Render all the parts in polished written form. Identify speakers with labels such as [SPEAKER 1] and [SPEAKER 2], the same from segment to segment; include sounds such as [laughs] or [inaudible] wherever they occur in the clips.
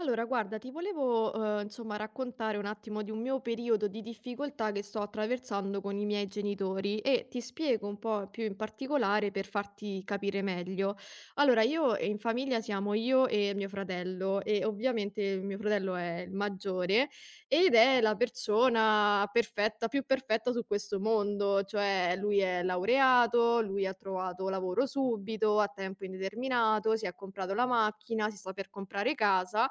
[SPEAKER 1] Allora, guarda, ti volevo, insomma, raccontare un attimo di un mio periodo di difficoltà che sto attraversando con i miei genitori e ti spiego un po' più in particolare per farti capire meglio. Allora, io in famiglia siamo io e mio fratello e ovviamente mio fratello è il maggiore ed è la persona perfetta, più perfetta su questo mondo, cioè lui è laureato, lui ha trovato lavoro subito, a tempo indeterminato, si è comprato la macchina, si sta per comprare casa.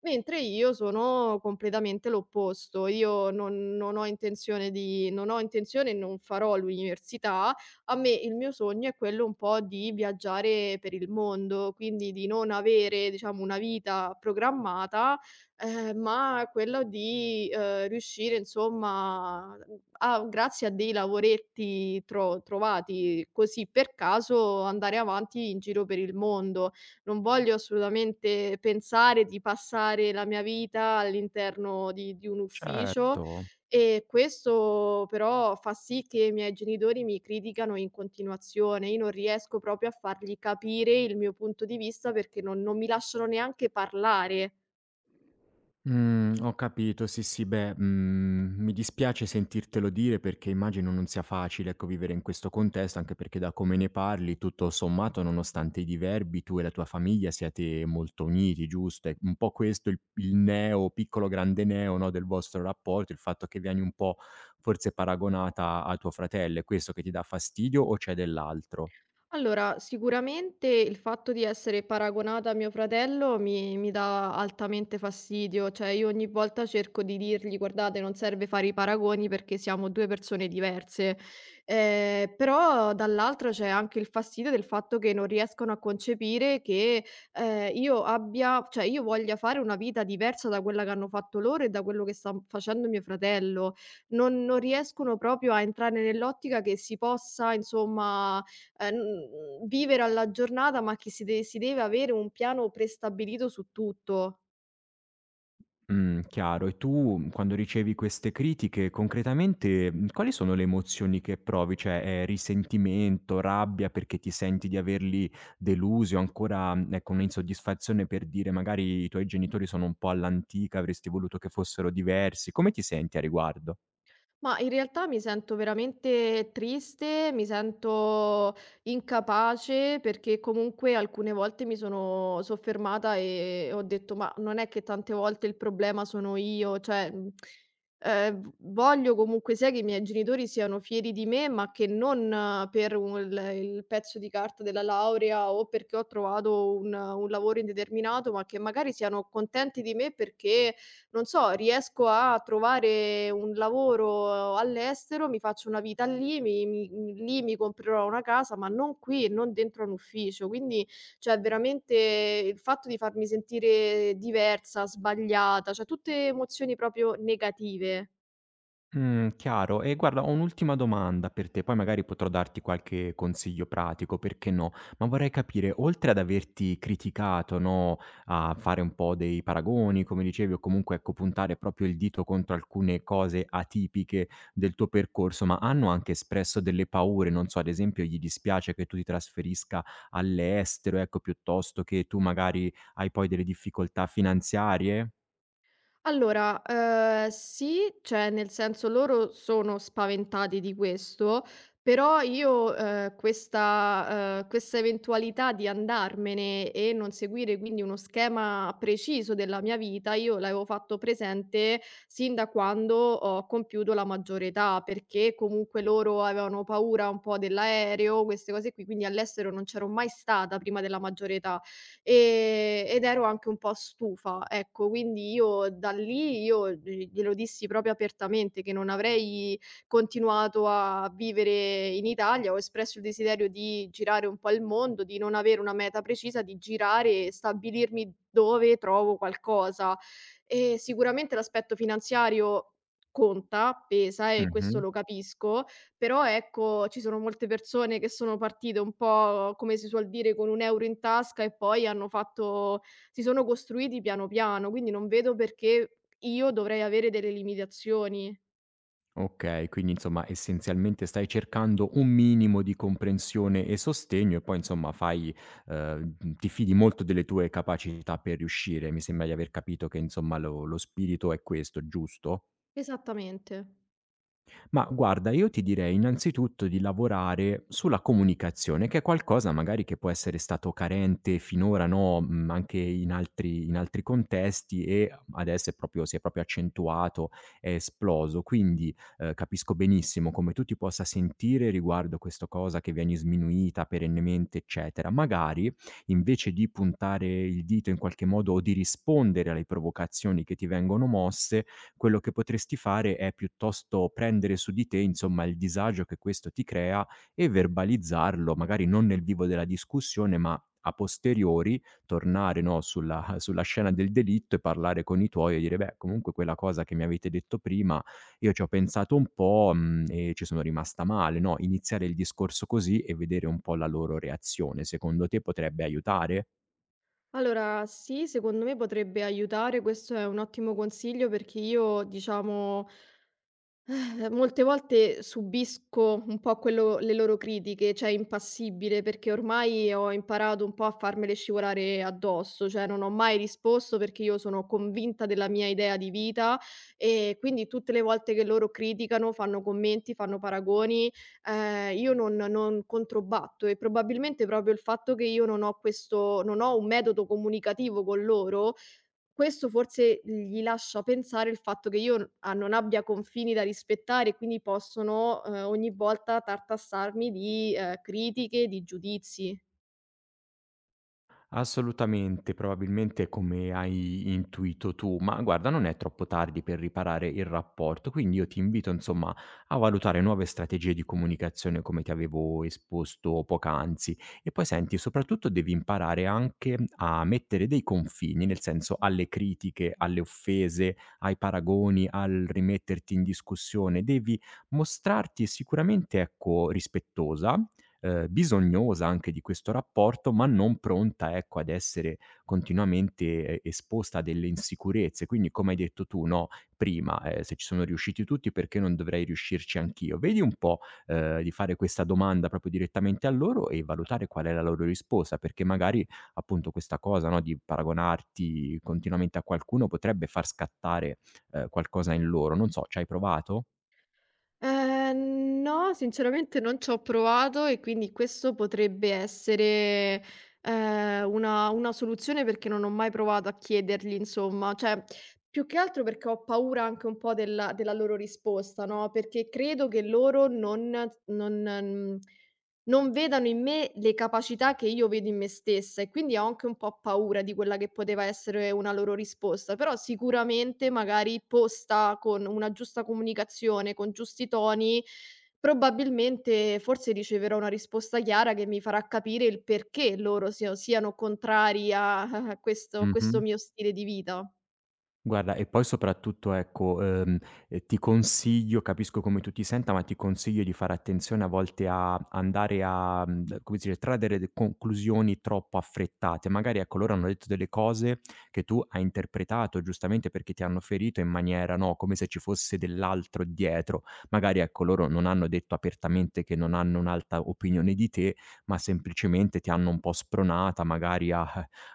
[SPEAKER 1] Mentre io sono completamente l'opposto, io non ho intenzione e non farò l'università. A me il mio sogno è quello un po' di viaggiare per il mondo, quindi di non avere, diciamo, una vita programmata, ma quello di, riuscire insomma, a grazie a dei lavoretti trovati così per caso, andare avanti in giro per il mondo. Non voglio assolutamente pensare di passare la mia vita all'interno di un ufficio
[SPEAKER 2] Certo.
[SPEAKER 1] e questo però fa sì che i miei genitori mi criticano in continuazione. Io non riesco proprio a fargli capire il mio punto di vista perché non mi lasciano neanche parlare.
[SPEAKER 2] Mhmm, ho capito, sì, sì, beh, mhmm, mi dispiace sentirtelo dire perché immagino non sia facile, ecco, vivere in questo contesto, anche perché da come ne parli, tutto sommato, nonostante i diverbi, tu e la tua famiglia siete molto uniti, giusto? È un po' questo il neo piccolo grande neo, no, del vostro rapporto, il fatto che vieni un po' forse paragonata a tuo fratello, è questo che ti dà fastidio o c'è dell'altro?
[SPEAKER 1] Allora, sicuramente il fatto di essere paragonata a mio fratello mi dà altamente fastidio, cioè io ogni volta cerco di dirgli guardate, non serve fare i paragoni perché siamo due persone diverse, però dall'altra c'è anche il fastidio del fatto che non riescono a concepire che io abbia, cioè io voglia fare una vita diversa da quella che hanno fatto loro e da quello che sta facendo mio fratello. Non riescono proprio a entrare nell'ottica che si possa, insomma, ehm, vivere alla giornata, ma che si deve avere un piano prestabilito su tutto.
[SPEAKER 2] Chiaro. E tu quando ricevi queste critiche concretamente, mhmm, quali sono le emozioni che provi? Cioè, è risentimento, rabbia perché ti senti di averli delusi o ancora, mhmm, ecco, un'insoddisfazione per dire magari i tuoi genitori sono un po' all'antica, avresti voluto che fossero diversi. Come ti senti a riguardo?
[SPEAKER 1] Ma in realtà mi sento veramente triste, mi sento incapace perché comunque alcune volte mi sono soffermata e ho detto: "Ma non è che tante volte il problema sono io", cioè, v voglio comunque sia che i miei genitori siano fieri di me, ma che non per un il pezzo di carta della laurea o perché ho trovato un lavoro indeterminato, ma che magari siano contenti di me perché non so, riesco a trovare un lavoro all'estero, mi faccio una vita lì, lì mi comprerò una casa, ma non qui e non dentro a un ufficio. Quindi, cioè veramente il fatto di farmi sentire diversa, sbagliata, cioè tutte emozioni proprio negative.
[SPEAKER 2] Chiaro. E guarda, ho un'ultima domanda per te, poi magari potrò darti qualche consiglio pratico, perché no. Ma vorrei capire, oltre ad averti criticato, no, a fare un po' dei paragoni, come dicevi, o comunque ecco, puntare proprio il dito contro alcune cose atipiche del tuo percorso, ma hanno anche espresso delle paure, non so, ad esempio gli dispiace che tu ti trasferisca all'estero, ecco, piuttosto che tu magari hai poi delle difficoltà finanziarie?
[SPEAKER 1] Allora, sì, cioè nel senso loro sono spaventati di questo, però io, questa eventualità di andarmene e non seguire quindi uno schema preciso della mia vita, io l'avevo fatto presente sin da quando ho compiuto la maggiore età, perché comunque loro avevano paura un po' dell'aereo, queste cose qui, quindi all'estero non c'ero mai stata prima della maggiore età. Ed ero anche un po' stufa, ecco. Quindi io da lì io glielo dissi proprio apertamente che non avrei continuato a vivere in Italia, ho espresso il desiderio di girare un po' il mondo, di non avere una meta precisa, di girare e stabilirmi dove trovo qualcosa. E sicuramente l'aspetto finanziario conta, pesa e questo
[SPEAKER 2] Mh-mh.
[SPEAKER 1] lo capisco, però ecco, ci sono molte persone che sono partite un po', come si suol dire, con un euro in tasca e poi hanno fatto si sono costruiti piano piano, quindi non vedo perché io dovrei avere delle limitazioni.
[SPEAKER 2] Okay, quindi insomma essenzialmente stai cercando un minimo di comprensione e sostegno e poi insomma fai mhmm, ti fidi molto delle tue capacità per riuscire. Mi sembra di aver capito che insomma lo spirito è questo, giusto?
[SPEAKER 1] Esattamente.
[SPEAKER 2] Ma guarda, io ti direi innanzitutto di lavorare sulla comunicazione, che è qualcosa magari che può essere stato carente finora, no, mhmm, anche in altri contesti e adesso è proprio si è proprio accentuato, è esploso. Quindi, capisco benissimo come tu ti possa sentire riguardo questo cosa che vieni sminuita perennemente, eccetera. Magari, invece di puntare il dito in qualche modo o di rispondere alle provocazioni che ti vengono mosse, quello che potresti fare è piuttosto prendere su di te, insomma, il disagio che questo ti crea e verbalizzarlo, magari non nel vivo della discussione, ma a posteriori tornare, no, sulla [laughs] sulla scena del delitto e parlare con i tuoi e dire: "Beh, comunque quella cosa che mi avete detto prima, io ci ho pensato un po', mhmm, e ci sono rimasta male", no, iniziare il discorso così e vedere un po' la loro reazione. Secondo te potrebbe aiutare?
[SPEAKER 1] Allora, sì, secondo me potrebbe aiutare, questo è un ottimo consiglio perché io, diciamo, eh, molte volte subisco un po' quello le loro critiche, cioè impassibile, perché ormai ho imparato un po' a farmele scivolare addosso, cioè non ho mai risposto perché io sono convinta della mia idea di vita e quindi tutte le volte che loro criticano, fanno commenti, fanno paragoni, io non controbatto e probabilmente proprio il fatto che io non ho questo non ho un metodo comunicativo con loro, questo forse gli lascia pensare il fatto che io n a non abbia confini da rispettare e quindi possono, ogni volta tartassarmi di, critiche, di giudizi.
[SPEAKER 2] Assolutamente, probabilmente come hai intuito tu, ma guarda non è troppo tardi per riparare il rapporto, quindi io ti invito insomma a valutare nuove strategie di comunicazione come ti avevo esposto poc'anzi e poi senti, soprattutto devi imparare anche a mettere dei confini, nel senso alle critiche, alle offese, ai paragoni, al rimetterti in discussione, devi mostrarti sicuramente ecco rispettosa, bisognosa anche di questo rapporto, ma non pronta, ecco, ad essere continuamente e esposta a delle insicurezze. Quindi, come hai detto tu, no, prima, "Se ci sono riusciti tutti, perché non dovrei riuscirci anch'io?" Vedi un po', di fare questa domanda proprio direttamente a loro e valutare qual è la loro risposta, perché magari, appunto, questa cosa, no, di paragonarti continuamente a qualcuno potrebbe far scattare, qualcosa in loro. Non so, ci hai provato?
[SPEAKER 1] No, sinceramente non c'ho provato e quindi questo potrebbe essere, una soluzione perché non ho mai provato a chiedergli insomma, cioè più che altro perché ho paura anche un po' della loro risposta, no, perché credo che loro non, mhmm non vedano in me le capacità che io vedo in me stessa e quindi ho anche un po' paura di quella che poteva essere una loro risposta, però sicuramente magari posta con una giusta comunicazione, con giusti toni, probabilmente forse riceverò una risposta chiara che mi farà capire il perché loro siano contrari a [laughs] a questo
[SPEAKER 2] Mh-mh.
[SPEAKER 1] mio stile di vita.
[SPEAKER 2] Guarda, e poi soprattutto ecco, ti consiglio capisco come tu ti senta, ma ti consiglio di fare attenzione a volte a andare a, mhmm, come dire, trarre de conclusioni troppo affrettate. Magari ecco, loro hanno detto delle cose che tu hai interpretato giustamente perché ti hanno ferito in maniera no, come se ci fosse dell'altro dietro. Magari ecco, loro non hanno detto apertamente che non hanno un'alta opinione di te, ma semplicemente ti hanno un po' spronata magari a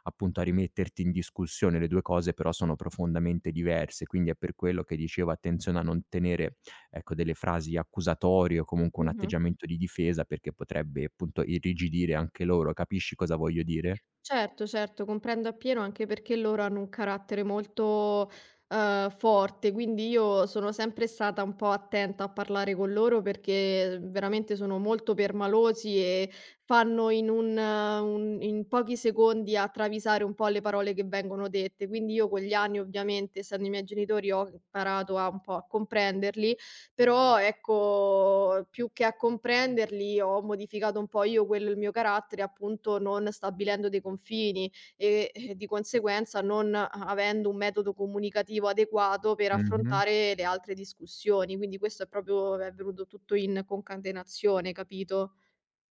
[SPEAKER 2] appunto a rimetterti in discussione. Le 2 cose però sono profondamente diverse, quindi è per quello che dicevo attenzione a non tenere, ecco, delle frasi accusatorie o comunque un
[SPEAKER 1] Mh-mh.
[SPEAKER 2] atteggiamento di difesa perché potrebbe appunto irrigidire anche loro. Capisci cosa voglio dire?
[SPEAKER 1] Certo, certo, comprendo appieno anche perché loro hanno un carattere molto, forte, quindi io sono sempre stata un po' attenta a parlare con loro perché veramente sono molto permalosi e fanno in un in pochi secondi a travisare un po' le parole che vengono dette. Quindi io con gli anni ovviamente, essendo i miei genitori, ho imparato a un po' a comprenderli, però ecco, più che a comprenderli ho modificato un po' io quello il mio carattere, appunto non stabilendo dei confini e, di conseguenza non a avendo un metodo comunicativo adeguato per
[SPEAKER 2] Mh-mh.
[SPEAKER 1] affrontare le altre discussioni. Quindi questo è proprio è venuto tutto in concatenazione, capito?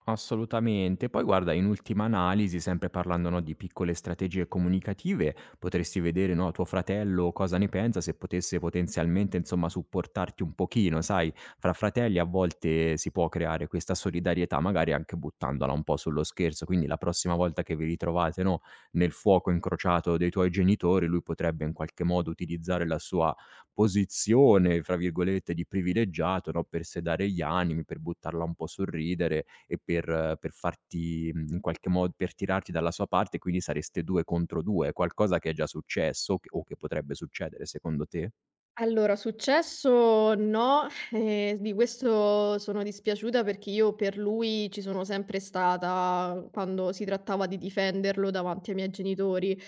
[SPEAKER 2] Assolutamente. Poi guarda, in ultima analisi, sempre parlando, no, di piccole strategie comunicative, potresti vedere, no, tuo fratello cosa ne pensa, se potesse potenzialmente, insomma, supportarti un pochino, sai, fra fratelli a volte si può creare questa solidarietà, magari anche buttandola un po' sullo scherzo, quindi la prossima volta che vi ritrovate, no, nel fuoco incrociato dei tuoi genitori, lui potrebbe in qualche modo utilizzare la sua posizione, fra virgolette, di "privilegiato", no, per sedare gli animi, per buttarla un po' a sorridere e per farti mhmm, in qualche mod per tirarti dalla sua parte, quindi sareste 2 contro 2. Qualcosa che è già successo o che potrebbe succedere secondo te?
[SPEAKER 1] Allora, successo no, di questo sono dispiaciuta perché io per lui ci sono sempre stata quando si trattava di difenderlo davanti ai miei genitori.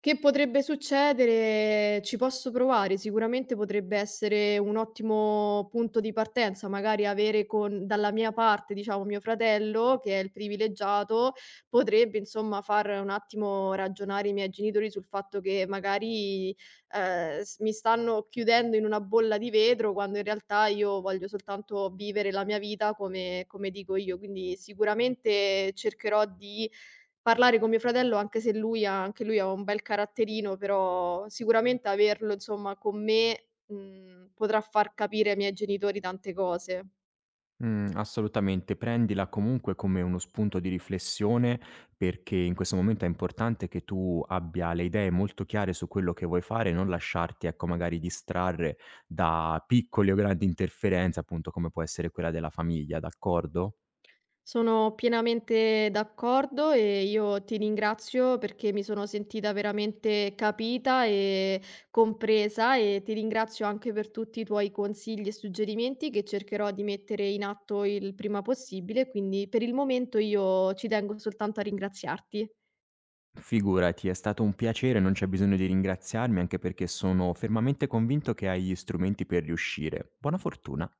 [SPEAKER 1] Che potrebbe succedere? Ci posso provare, sicuramente potrebbe essere un ottimo punto di partenza, magari avere con dalla mia parte, diciamo, mio fratello che è il privilegiato, potrebbe insomma far un attimo ragionare i miei genitori sul fatto che magari s mi stanno chiudendo in una bolla di vetro quando in realtà io voglio soltanto vivere la mia vita come come dico io. Quindi sicuramente cercherò di parlare con mio fratello, anche se lui ha anche lui ha un bel caratterino, però sicuramente averlo insomma con me, potrà far capire ai miei genitori tante cose.
[SPEAKER 2] Mhmm, assolutamente. Prendila comunque come uno spunto di riflessione, perché in questo momento è importante che tu abbia le idee molto chiare su quello che vuoi fare, non lasciarti, ecco, magari distrarre da piccole o grandi interferenze, appunto, come può essere quella della famiglia, d'accordo?
[SPEAKER 1] Sono pienamente d'accordo e io ti ringrazio perché mi sono sentita veramente capita e compresa e ti ringrazio anche per tutti i tuoi consigli e suggerimenti che cercherò di mettere in atto il prima possibile. Quindi per il momento io ci tengo soltanto a ringraziarti.
[SPEAKER 2] Figurati, è stato un piacere, non c'è bisogno di ringraziarmi, anche perché sono fermamente convinto che hai gli strumenti per riuscire. Buona fortuna.